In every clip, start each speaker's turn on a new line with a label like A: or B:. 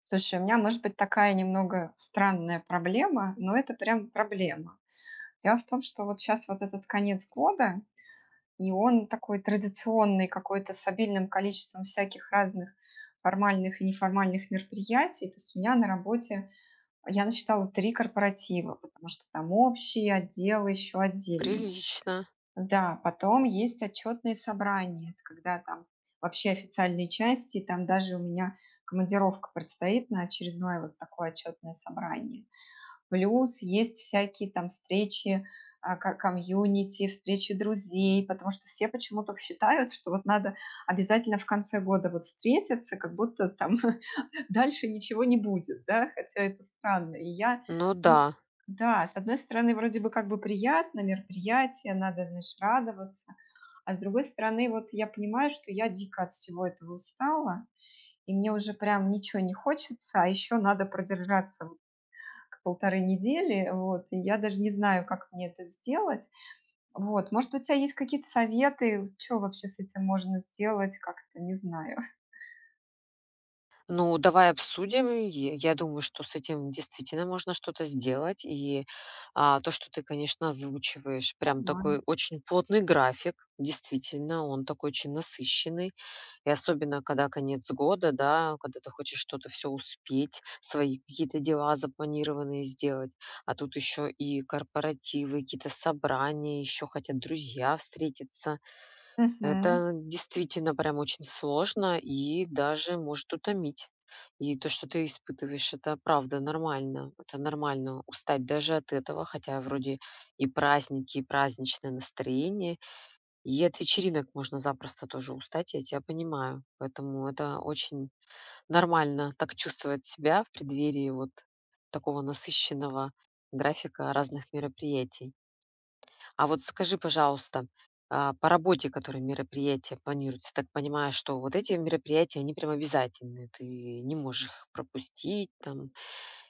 A: Слушай, у меня может быть такая немного странная проблема, но это прям проблема. Дело в том, что вот сейчас вот этот конец года, и он такой традиционный какой-то с обильным количеством всяких разных формальных и неформальных мероприятий. То есть у меня на работе, я насчитала три корпоратива, потому что там общий отдел еще отдельно.
B: Прилично.
A: Да, потом есть отчетные собрания, это когда там вообще официальные части, и там даже у меня командировка предстоит на очередное вот такое отчетное собрание. Плюс есть всякие там встречи комьюнити, встречи друзей, потому что все почему-то считают, что вот надо обязательно в конце года вот встретиться, как будто там дальше ничего не будет, да, хотя это странно. И я,
B: Ну да.
A: ну, да, с одной стороны, вроде бы как бы приятно, мероприятие, надо, значит, радоваться, а с другой стороны, вот я понимаю, что я дико от всего этого устала, и мне уже прям ничего не хочется, а еще надо продержаться вот к полторы недели, вот, и я даже не знаю, как мне это сделать. Вот, может, у тебя есть какие-то советы, что вообще с этим можно сделать, как-то, не знаю.
B: Ну, давай обсудим. Я думаю, что с этим действительно можно что-то сделать. То, что ты, конечно, озвучиваешь, прям такой очень плотный график. Действительно, он такой очень насыщенный. И особенно, когда конец года, да, когда ты хочешь что-то все успеть, свои какие-то дела запланированные сделать. А тут еще и корпоративы, какие-то собрания, еще хотят друзья встретиться.
A: Давай.
B: Это действительно прям очень сложно и даже может утомить. И то, что ты испытываешь, это правда нормально. Это нормально устать даже от этого, хотя вроде и праздники, и праздничное настроение, и от вечеринок можно запросто тоже устать, я тебя понимаю. Поэтому это очень нормально так чувствовать себя в преддверии вот такого насыщенного графика разных мероприятий. А вот скажи, пожалуйста, по работе, которые мероприятия планируются, так понимаю, что вот эти мероприятия, они прям обязательны. Ты не можешь их пропустить там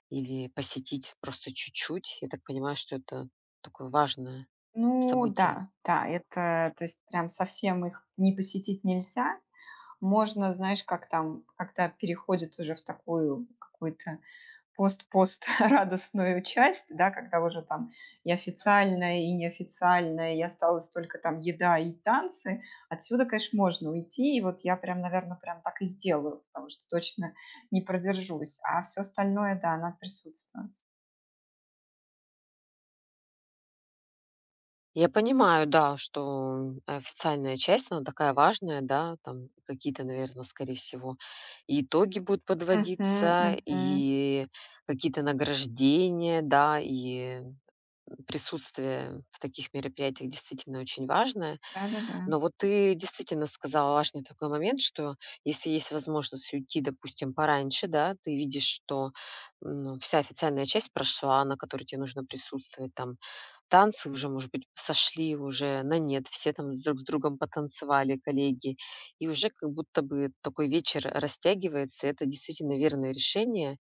B: или посетить просто чуть-чуть. Я так понимаю, что это такое важное
A: Ну
B: событие.
A: да, да, это, то есть прям совсем их не посетить нельзя. Можно, знаешь, как там, когда переходит уже в такую какую-то пост-пост радостную часть, да, когда уже там и официальная, и неофициальная, и осталось только там еда и танцы, отсюда, конечно, можно уйти, и вот я прям, наверное, прям так и сделаю, потому что точно не продержусь, а все остальное, да, надо присутствовать.
B: Я понимаю, да, что официальная часть, она такая важная, да, там какие-то, наверное, скорее всего, и итоги будут
A: Мгм,
B: подводиться,
A: мгм.
B: и какие-то награждения, да, и присутствие в таких мероприятиях действительно очень важное.
A: Да-да-да.
B: Но вот ты действительно сказала важный такой момент, что если есть возможность уйти, допустим, пораньше, да, ты видишь, что ну, вся официальная часть прошла, на которой тебе нужно присутствовать, там танцы уже, может быть, сошли уже на нет, все там с друг с другом потанцевали, коллеги, и уже как будто бы такой вечер растягивается. Это действительно верное решение,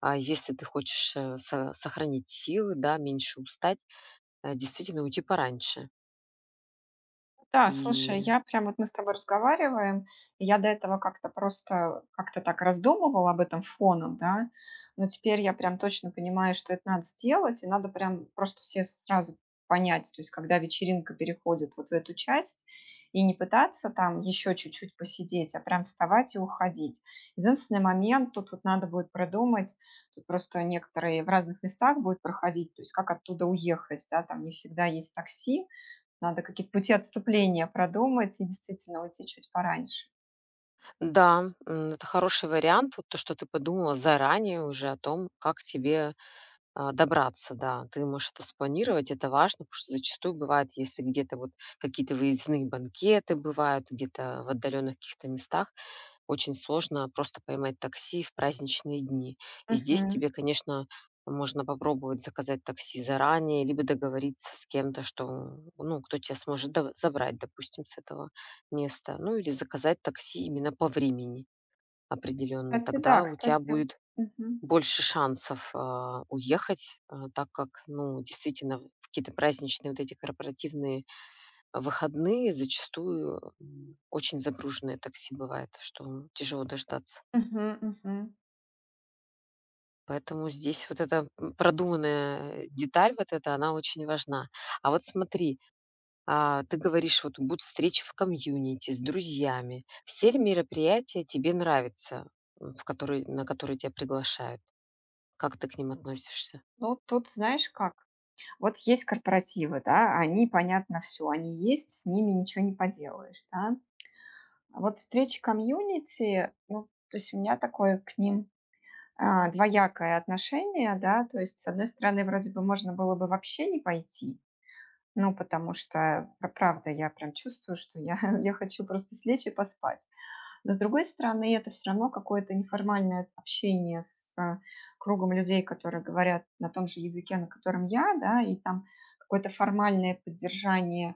B: а если ты хочешь сохранить силы, да, меньше устать, действительно уйти пораньше.
A: Да,
B: И
A: слушай, я прям вот мы с тобой разговариваем, и я до этого как-то просто как-то так раздумывала об этом фоном, да, но теперь я прям точно понимаю, что это надо сделать, и надо прям просто все сразу понять, то есть когда вечеринка переходит вот в эту часть, и не пытаться там еще чуть-чуть посидеть, а прям вставать и уходить. Единственный момент, тут вот надо будет продумать, тут просто некоторые в разных местах будут проходить, то есть как оттуда уехать, да, там не всегда есть такси, надо какие-то пути отступления продумать и действительно уйти чуть пораньше.
B: да, это хороший вариант, вот то, что ты подумала заранее уже о том, как тебе, добраться. Да, ты можешь это спланировать, это важно, потому что зачастую бывает, если где-то вот какие-то выездные банкеты бывают, где-то в отдаленных каких-то местах, очень сложно просто поймать такси в праздничные дни. И здесь
A: Мгм.
B: тебе, конечно, можно попробовать заказать такси заранее, либо договориться с кем-то, что, ну, кто тебя сможет забрать, допустим, с этого места. Ну, или заказать такси именно по времени определенно.
A: Кстати, да,
B: Тогда у тебя
A: кстати.
B: будет
A: Мгм.
B: больше шансов уехать, так как, ну, действительно, в какие-то праздничные вот эти корпоративные выходные зачастую очень загруженное такси бывает, что тяжело дождаться.
A: Мгм, мгм.
B: Поэтому здесь вот эта, продуманная деталь вот эта, она очень важна. А вот смотри, ты говоришь, вот будут встречи в комьюнити с друзьями. Все ли мероприятия тебе нравятся, в которые на которые тебя приглашают? Как ты к ним относишься?
A: Ну, тут знаешь как? Вот есть корпоративы, да, они, понятно, все, они есть, с ними ничего не поделаешь, да. А вот встречи комьюнити, ну, то есть у меня такое к ним двоякое отношение, да, то есть, с одной стороны, вроде бы можно было бы вообще не пойти, ну, потому что, правда, я прям чувствую, что я, я хочу просто слечь и поспать. Но, с другой стороны, это все равно какое-то неформальное общение с кругом людей, которые говорят на том же языке, на котором я, да, и там какое-то формальное поддержание,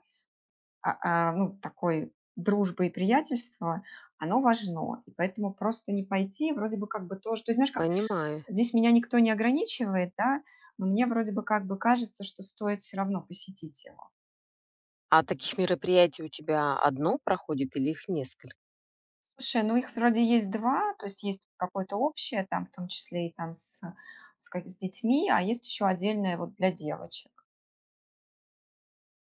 A: ну, такой дружбы и приятельства, оно важно. И поэтому просто не пойти, вроде бы как бы тоже... То есть, знаешь, как
B: Понимаю.
A: здесь меня никто не ограничивает, да, но мне вроде бы как бы кажется, что стоит все равно посетить его.
B: А таких мероприятий у тебя одно проходит или их несколько?
A: Слушай, ну их вроде есть 2, то есть есть какое-то общее, там, в том числе и там с детьми, а есть еще отдельное вот для девочек.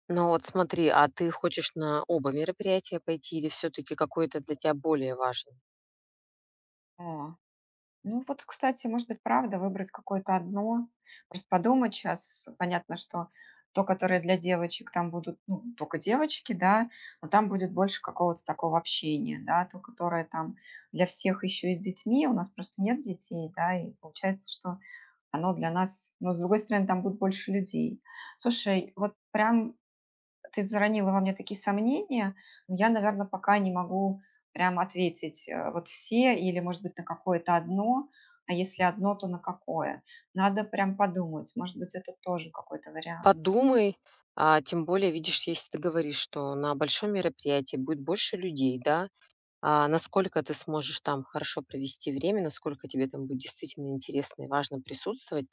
B: Ну вот смотри, а ты хочешь на оба мероприятия пойти или все-таки какое-то для тебя более важно?
A: О. Ну вот, кстати, может быть, правда выбрать какое-то одно, просто подумать сейчас. Понятно, что то, которое для девочек, там будут, ну, только девочки, да, но там будет больше какого-то такого общения, да. То, которое там для всех еще и с детьми, у нас просто нет детей, да, и получается, что оно для нас, но, с другой стороны, там будет больше людей. Слушай, вот прям ты заронила во мне такие сомнения. Но я, наверное, пока не могу прям ответить, вот все или, может быть, на какое-то одно, а если одно, то на какое. Надо прям подумать. Может быть, это тоже какой-то вариант.
B: Подумай, а тем более, видишь, если ты говоришь, что на большом мероприятии будет больше людей, да, насколько ты сможешь там хорошо провести время, насколько тебе там будет действительно интересно и важно присутствовать,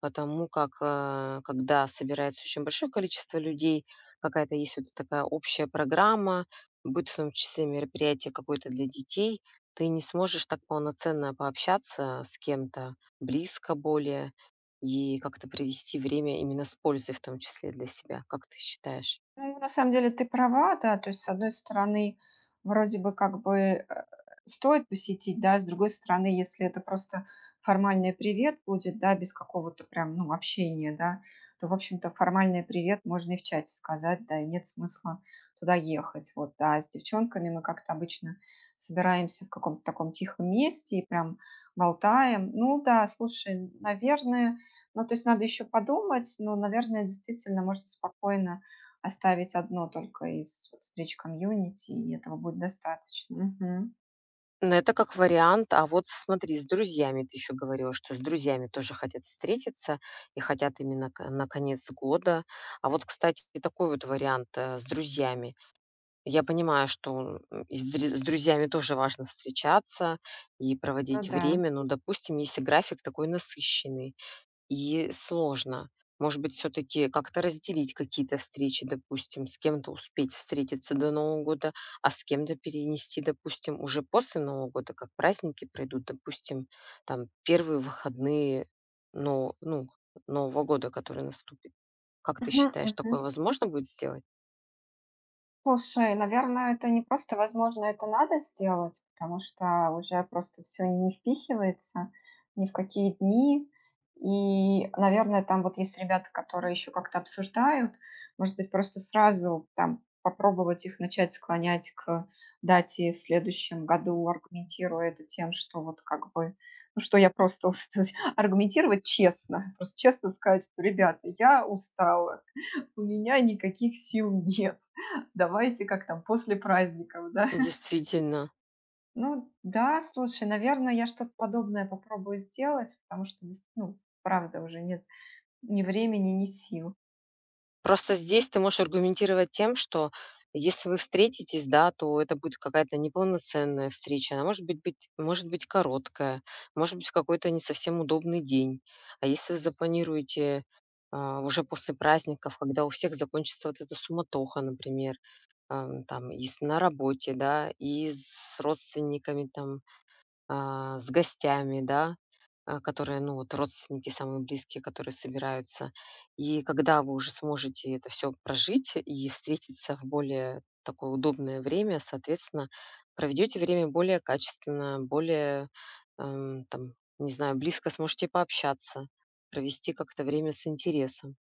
B: потому как, когда собирается очень большое количество людей, какая-то есть вот такая общая программа, будет в том числе мероприятие какое-то для детей, ты не сможешь так полноценно пообщаться с кем-то близко более и как-то провести время именно с пользой в том числе для себя. Как ты считаешь?
A: Ну, на самом деле ты права, да. То есть, с одной стороны, вроде бы как бы, э, стоит посетить, да, с другой стороны, если это просто формальный привет будет, да, без какого-то прям, ну, общения, да, то, в общем-то, формальный привет можно и в чате сказать, да, и нет смысла туда ехать. Вот, да, с девчонками мы как-то обычно собираемся в каком-то таком тихом месте и прям болтаем. Ну да, слушай, наверное, ну, то есть надо еще подумать, но, наверное, действительно можно спокойно оставить одно только из вот встреч комьюнити, и этого будет достаточно. Мгм.
B: Ну, это как вариант. А вот смотри, с друзьями ты еще говорила, что с друзьями тоже хотят встретиться и хотят именно на конец года. А вот, кстати, и такой вот вариант с друзьями. Я понимаю, что и с с друзьями тоже важно встречаться и
A: Ну
B: проводить
A: да.
B: время. Но, допустим, если график такой насыщенный, и сложно. Может быть, все таки как-то разделить какие-то встречи, допустим, с кем-то успеть встретиться до Нового года, а с кем-то перенести, допустим, уже после Нового года, как праздники пройдут, допустим, там первые выходные, но ну, Нового года, который наступит. Как ты
A: Мгм,
B: считаешь,
A: мгм.
B: такое возможно будет сделать?
A: Слушай, наверное, это не просто возможно, это надо сделать, потому что уже просто все не впихивается ни в какие дни. И, наверное, там вот есть ребята, которые еще как-то обсуждают. Может быть, просто сразу там попробовать их начать склонять к дате в следующем году, аргументируя это тем, что вот как бы, ну, что я просто устала. Аргументировать честно, просто честно сказать, что, ребята, я устала, у меня никаких сил нет. Давайте как там после праздников, да?
B: Действительно.
A: Ну да, слушай, наверное, я что-то подобное попробую сделать, потому что ну, правда уже нет ни времени, ни сил.
B: Просто здесь ты можешь аргументировать тем, что если вы встретитесь, да, то это будет какая-то неполноценная встреча. Она может быть, может быть короткая, может быть в какой-то не совсем удобный день. А если вы запланируете уже после праздников, когда у всех закончится вот эта суматоха, например, там, если на работе, да, и с родственниками там с гостями, да, которые, ну, вот родственники самые близкие, которые собираются. И когда вы уже сможете это все прожить и встретиться в более такое удобное время, соответственно, проведете время более качественно, более, там, не знаю, близко сможете пообщаться, провести как-то время с интересом.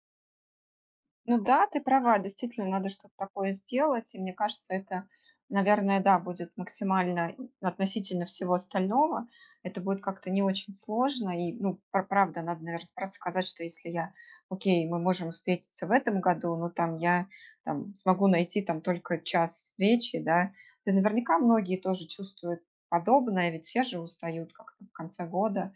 A: Ну да, ты права, действительно, надо что-то такое сделать. И мне кажется, это, наверное, да, будет максимально относительно всего остального. Это будет как-то не очень сложно. И, ну, правда, надо, наверное, просто сказать, что если я, окей, мы можем встретиться в этом году, но там я там, смогу найти там только час встречи, да. Да наверняка многие тоже чувствуют подобное, ведь все же устают как-то в конце года.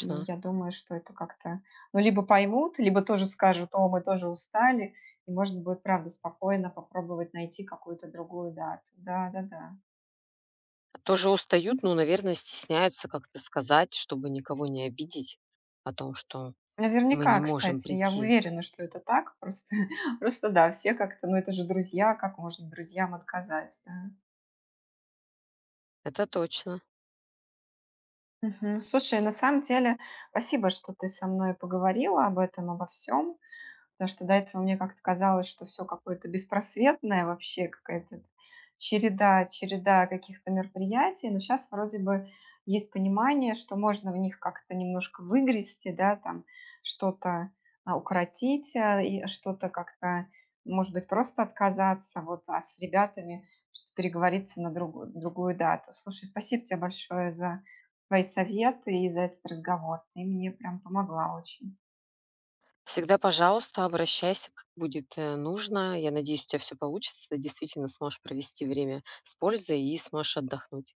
A: И я думаю, что это как-то, ну, либо поймут, либо тоже скажут, о, мы тоже устали, и можно будет, правда, спокойно попробовать найти какую-то другую дату. Да-да-да.
B: тоже устают, но, наверное, стесняются как-то сказать, чтобы никого не обидеть о том, что мы
A: Наверняка,
B: не можем
A: кстати, я
B: прийти.
A: уверена, что это так, просто, просто да, все как-то, ну, это же друзья, как можно друзьям отказать, да.
B: Это точно.
A: Мгм. Слушай, на самом деле, спасибо, что ты со мной поговорила об этом, обо всем. Потому что до этого мне как-то казалось, что все какое-то беспросветное вообще, какая-то череда каких-то мероприятий. Но сейчас вроде бы есть понимание, что можно в них как-то немножко выгрести, да, там что-то, укоротить, и что-то как-то, может быть, просто отказаться, вот, а с ребятами просто переговориться на другую дату. Слушай, спасибо тебе большое за твои советы и за этот разговор. Ты мне прям помогла очень.
B: Всегда, пожалуйста, обращайся, как будет нужно. Я надеюсь, у тебя все получится. Ты действительно сможешь провести время с пользой и сможешь отдохнуть.